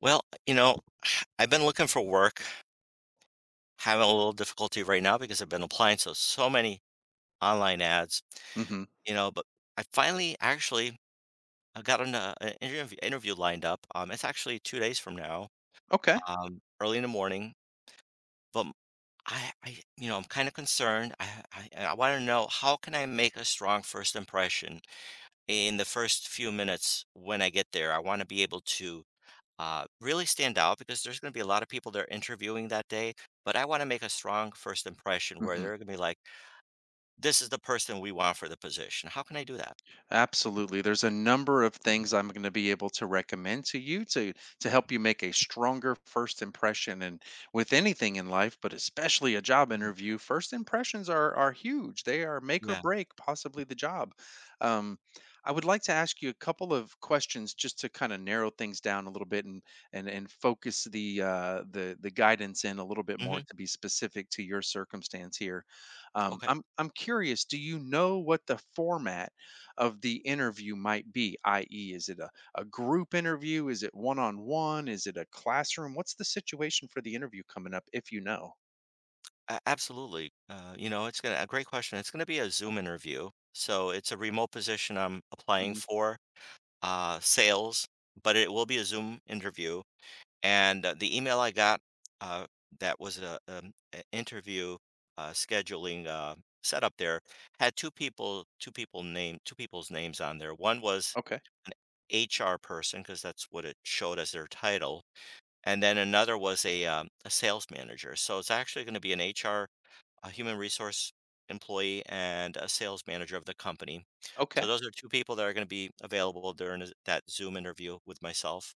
Well, you know, I've been looking for work, having a little difficulty right now because I've been applying to so many online ads, Mhm. you know, but I finally actually I got an interview lined up. It's actually 2 days from now, Okay. Early in the morning. But m- I'm kind of concerned. I want to know, how can I make a strong first impression in the first few minutes when I get there? I want to be able to really stand out because there's going to be a lot of people they're interviewing that day. But I want to make a strong first impression where Mhm. they're going to be like, "This is the person we want for the position." How can I do that? Absolutely. There's a number of things I'm going to be able to recommend to you to help you make a stronger first impression and with anything in life, but especially a job Mm. interview, first impressions are huge. They are make or Yeah. break possibly the job. Um I would like to ask you a couple of questions just to kind of narrow things down a little bit and and focus the the guidance in a little bit Hmm. more to be specific to your circumstance here. Um, Okay. I'm I'm curious. Do you know what the format of the interview might be, i.e., is it a group interview? Is it one on one? Is it a classroom? What's the situation for the interview coming up if you know? Absolutely. It's gonna a great question. It's gonna be a Zoom interview, so it's a remote position I'm applying Hmm. for, sales, but it will be a Zoom interview. And the email I got uh, that was a, an interview scheduling setup there had two people's names on there. One was Okay. HR person because that's what it showed as their title, and then another was a sales manager. So it's actually going to be an HR, a human resource employee, and a sales manager of the company. So Okay. those are two people that are going to be available during that Zoom interview with myself.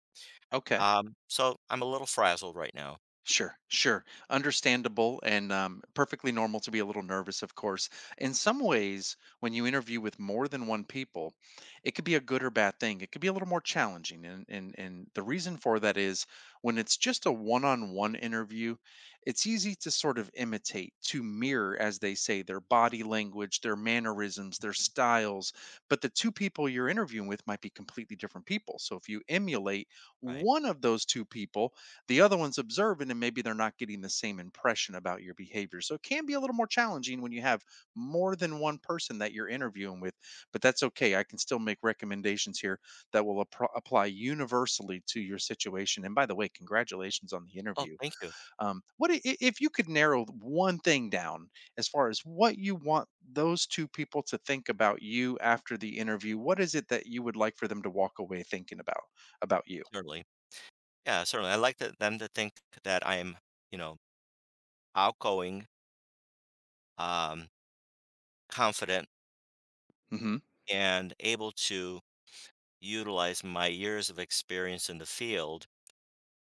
Okay. So I'm a little frazzled right now. Sure, sure. Understandable and perfectly normal to be a little nervous, of course. In some ways, when you interview with more than one people, it could be a good or bad thing. It could be a little more challenging. And, the reason for that is when it's just a one on one interview, it's easy to sort of imitate, to mirror, as they say, their body language, their mannerisms, their styles. But the two people you're interviewing with might be completely different people. So if you emulate Right. one of those two people, the other one's observing and maybe they're not getting the same impression about your behavior. So it can be a little more challenging when you have more than one person that you're interviewing with, but that's okay. I can still make recommendations here that will appro apply universally to your situation. And by the way, congratulations on the Oh, interview. thank you. If you could narrow one thing down as far as what you want those two people to think about you after the interview? What is it that you would like for them to walk away thinking about you? Certainly. Yeah, certainly. I like that them to think that I am, you know, outgoing, um, confident, Hmm. and able to utilize my years of experience in the field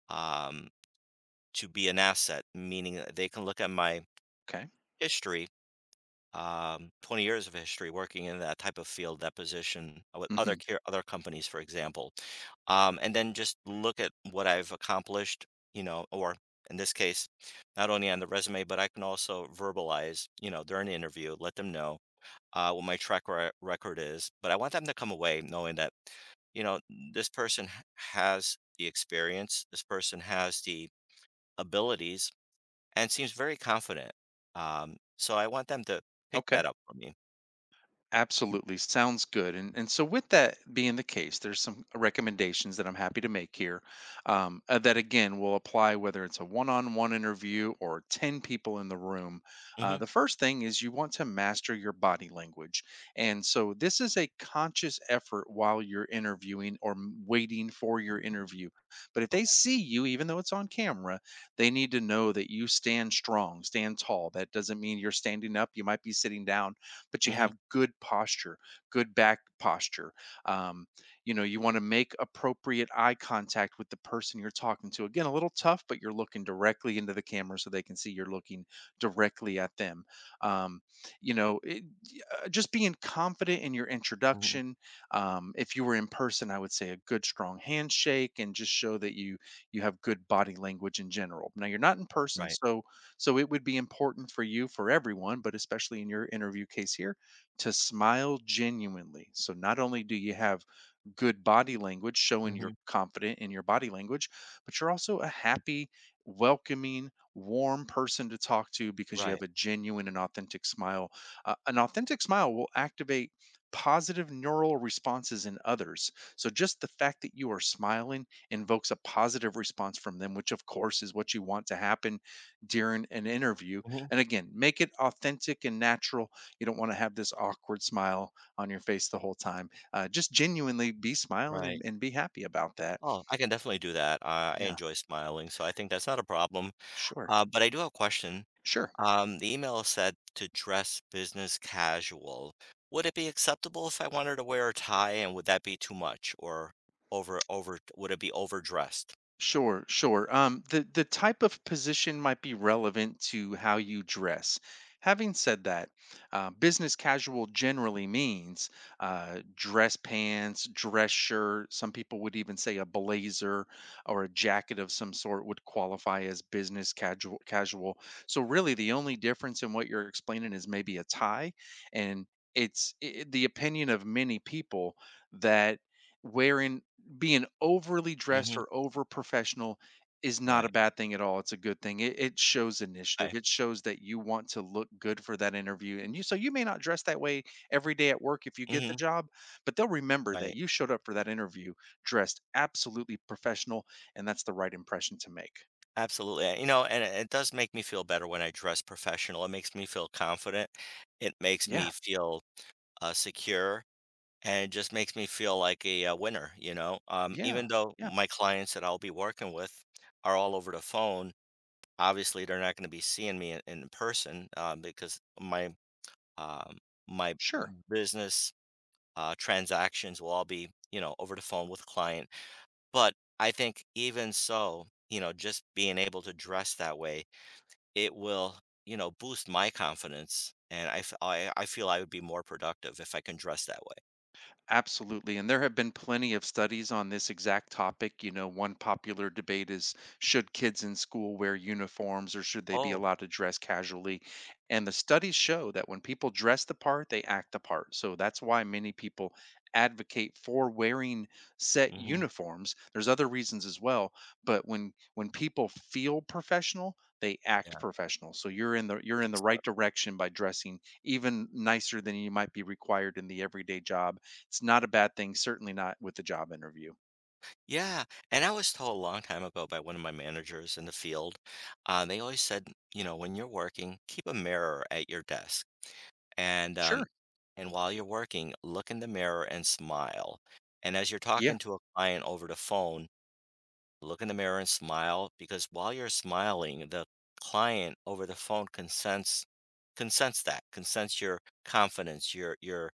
um, to be an asset, meaning that they can look at my Okay. history, 20 years of history working in that type of field, that position with other Hmm. Other companies, for example. And then just look at what I've accomplished, or in this case, not only on the resume, but I can also verbalize, you know, during the interview, let them know what my track record is. But I want them to come away knowing that, you know, this person has the experience, this person has the abilities, and seems very confident. So I want them to pick Okay. that up from me. Absolutely. Sounds good. And so, with that being the case, there's some recommendations that I'm happy to make here that, again, will apply whether it's a one on one interview or 10 people in the room. Mhm. The first thing is you want to master your body language. And so, this is a conscious effort while you're interviewing or waiting for your interview. But if they Okay. see you, even though it's on camera, they need to know that you stand strong, stand tall. That doesn't mean you're standing up, you might be sitting down but you Mhm. have good posture, good back posture. Um, you know, you want to make appropriate eye contact with the person you're talking to. Again, a little tough, but you're looking directly into the camera so they can see you're looking directly at them. Um, you know, it, just being confident in your Mhm. introduction. If you were in person, I would say a good strong handshake and just show that you have good body language in general. Now you're not in person, Right. so it would be important for you for everyone, but especially in your interview case here, to smile genuinely. So not only do you have good body language, showing you're Mhm. confident in your body language, but you're also a happy, welcoming, warm person to talk to because you Right. have a genuine and authentic smile. An authentic smile will activate positive neural responses in others. So, just the fact that you are smiling invokes a positive response from them, which, of course, is what you want to happen during an interview. Mhm. And again, make it authentic and natural. You don't want to have this awkward smile on your face the whole time. Just genuinely be smiling Right. and be happy about that. Oh, I can definitely do that. I Yeah, enjoy smiling, so I think that's not a problem. sure. But I do have a question. Sure. The email said to dress business casual. Would it be acceptable if I wanted to wear a tie, and would that be too much or over, would it be overdressed? Sure, sure. The type of position might be relevant to how you dress. Having said that, business casual generally means dress pants, dress shirt. Some people would even say a blazer or a jacket of some sort would qualify as business casual. Casual. So really, the only difference in what you're explaining is maybe a tie, and it's I the opinion of many people that wearing being overly dressed Mm-hmm. or over professional is not a Right. bad thing at all. It's a good thing. It shows Okay. initiative. It shows that you want to look good for that interview. And you, so you may not dress that way every day at work if you get the Mm-hmm. job, but they'll remember that Right. you showed up for that interview dressed absolutely professional. And that's the right impression to make. Absolutely. You know, it does make me feel better when I dress professional. It makes me feel confident. It makes Yeah. me feel secure, and it just makes me feel like a, winner, you know? Yeah. Even though Yeah. my clients that I'll be working with are all over the phone, obviously they're not going to be seeing me in person because um, my Sure. business transactions will all be, you know, over the phone with client. But I think even so, you know, just being able to dress that way, it will, you know, boost my confidence. And I feel I would be more productive if I can dress that way. Absolutely. And there have been plenty of studies on this exact topic. You know, one popular debate is should kids in school wear uniforms or should they be Oh. allowed to dress casually? And the studies show that when people dress the part, they act the part. So that's why many people advocate for wearing set Mhm. uniforms. There's other reasons as well, but when people feel professional, they act Yeah, professional. So you're in the right excellent. direction by dressing even nicer than you might be required in the everyday job. It's not a bad thing, certainly not with the job interview. Yeah, and I was told a long time ago by one of my managers in the field, they always said, you know, when you're working, keep a mirror at your desk. And um, Sure. and while you're working, look in the mirror and smile. And as you're Yeah, talking to a client over the phone, look in the mirror and smile because while you're smiling, the client over the phone can sense can sense your confidence, your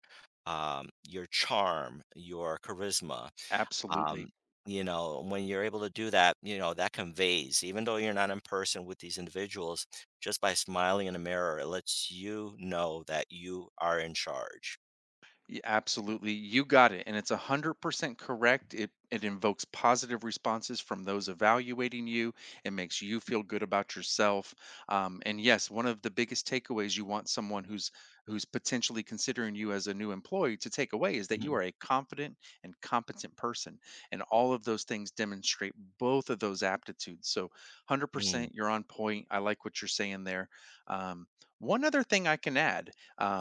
your charm, your charisma. Um, absolutely. you know, when you're able to do that, you know, that conveys, even though you're not in person with these individuals, just by smiling in a mirror, it lets you know that you are in charge. Absolutely. You got it. And it's 100% correct. It invokes positive responses from those evaluating you. It makes you feel good about yourself. And yes, one of the biggest takeaways you want someone who's potentially considering you as a new employee to take away is that you Mhm. are a confident and competent person. And all of those things demonstrate both of those aptitudes. So Mm. 100% you're on point. I like what you're saying there. Um, one other thing I can add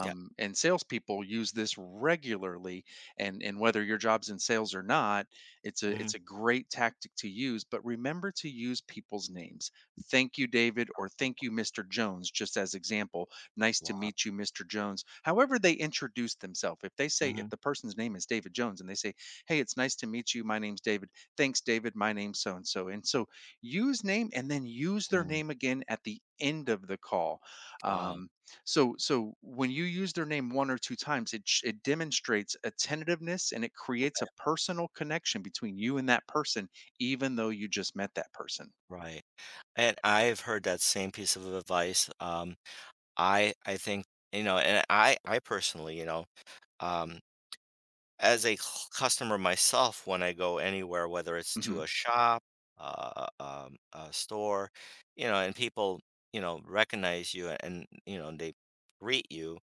Yeah. and salespeople use this regularly. And whether your job's in sales or not, it's a Mhm. Great tactic to use. But remember to use people's names. Thank you, David, or Oh. thank you, Mr. Jones, just as example. Nice to Wow. meet you, Mr. Jones. However, they introduce themselves. If they say if Mhm. the person's name is David Jones and they say, hey, it's nice to meet you. My name's David. Thanks, David. My name's so and so. And so use name and then use their Mm. name again at the end of the call. Wow. Um, so so when you use their name 1 or 2 times, it demonstrates attentiveness and it creates Okay. a personal connection between you and that person, even though you just met that person. Right. And I've heard that same piece of advice. I think, you know, and I personally, you know, um, as a customer myself, when I go anywhere, whether it's Mhm. to a shop, a store, you know, and people, you know, recognize you and, you know, they greet you,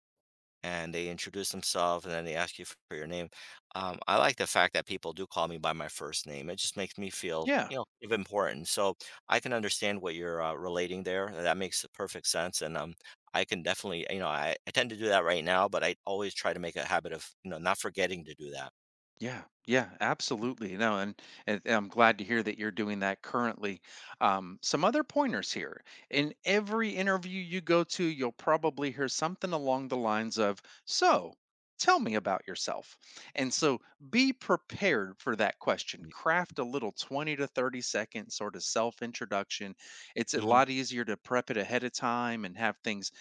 and they introduce themselves and then they ask you for your name. I like the fact that people do call me by my first name. It just makes me feel, Yeah. you know, of importance. So I can understand what you're relating there. That makes perfect sense. And I can definitely, you know, I tend to do that right now, but I always try to make a habit of, you know, not forgetting to do that. Yeah, yeah, absolutely. No, and I'm glad to hear that you're doing that currently. Some other pointers here. In every interview you go to, you'll probably hear something along the lines of, so, tell me about yourself. And so be prepared for that question. Craft a little 20 to 30 second sort of self introduction. It's a Mm-hmm. lot easier to prep it ahead of time and have things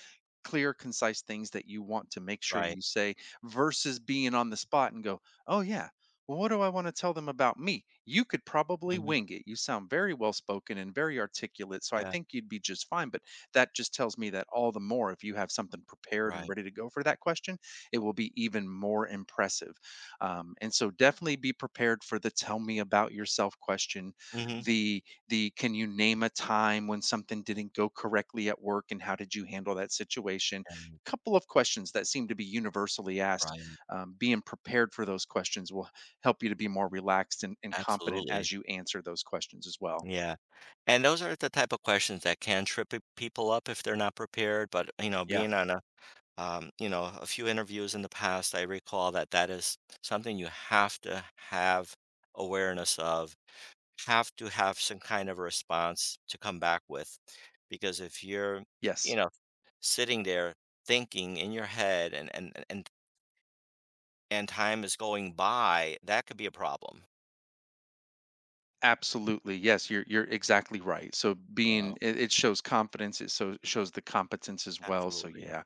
clear, concise things that you want to make sure Right. you say versus being on the spot and go, oh, yeah, well, what do I want to tell them about me? You could probably Hmm. wing it. You sound very well spoken and very articulate. So I Yeah. think you'd be just fine. But that just tells me that all the more if you have something prepared and Right. ready to go for that question, it will be even more impressive. And so definitely be prepared for the tell me about yourself question, Hmm. the the can you name a time when something didn't go correctly at work and how did you handle that situation? Yeah. Couple of questions that seem to be universally asked. Right. Being prepared for those questions will help you to be more relaxed and confident Absolutely. as you answer those questions as well. Yeah. And those are the type of questions that can trip people up if they're not prepared. But, you know, Yeah. being on a you know, a few interviews in the past, I recall that that is something you have to have awareness of, have to have some kind of response to come back with. Because if you're, you Yes. know, sitting there thinking in your head and time is going by, that could be a problem, Absolutely. Yes, you're exactly right. So you know. being it, it shows confidence, it so shows the competence as well. So Absolutely. yeah.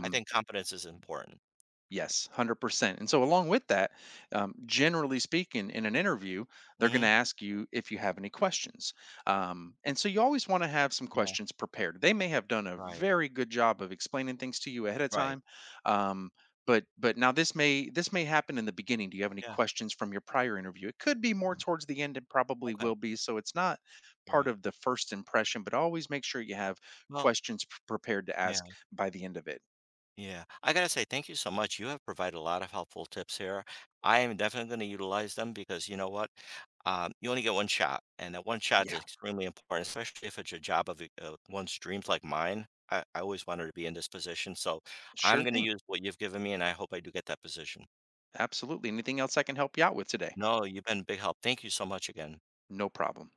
I think competence is important. Yes, 100%. And so, along with that, generally speaking, in an interview, they're going Hmm. to ask you if you have any questions. And so, you always want to have some Yeah. questions prepared. They may have done a Right. very good job of explaining things to you ahead of Right. time. Um, but now this may happen in the beginning. Do you have any Yeah. questions from your prior interview? It could be more towards the end. It probably Okay. will be. So it's not part Right. of the first impression. But always make sure you have Well. questions prepared to ask Yeah. by the end of it. Yeah, I gotta say, thank you so much. You have provided a lot of helpful tips here. I am definitely going to utilize them because you know what? You only get one shot, and that one shot is Yeah. extremely important, especially if it's a job of one's dreams like mine. I always wanted to be in this position, so I'm Sure going to thing. use what you've given me, and I hope I do get that position. Absolutely. Anything else I can help you out with today? No, you've been a big help. Thank you so much again. No problem.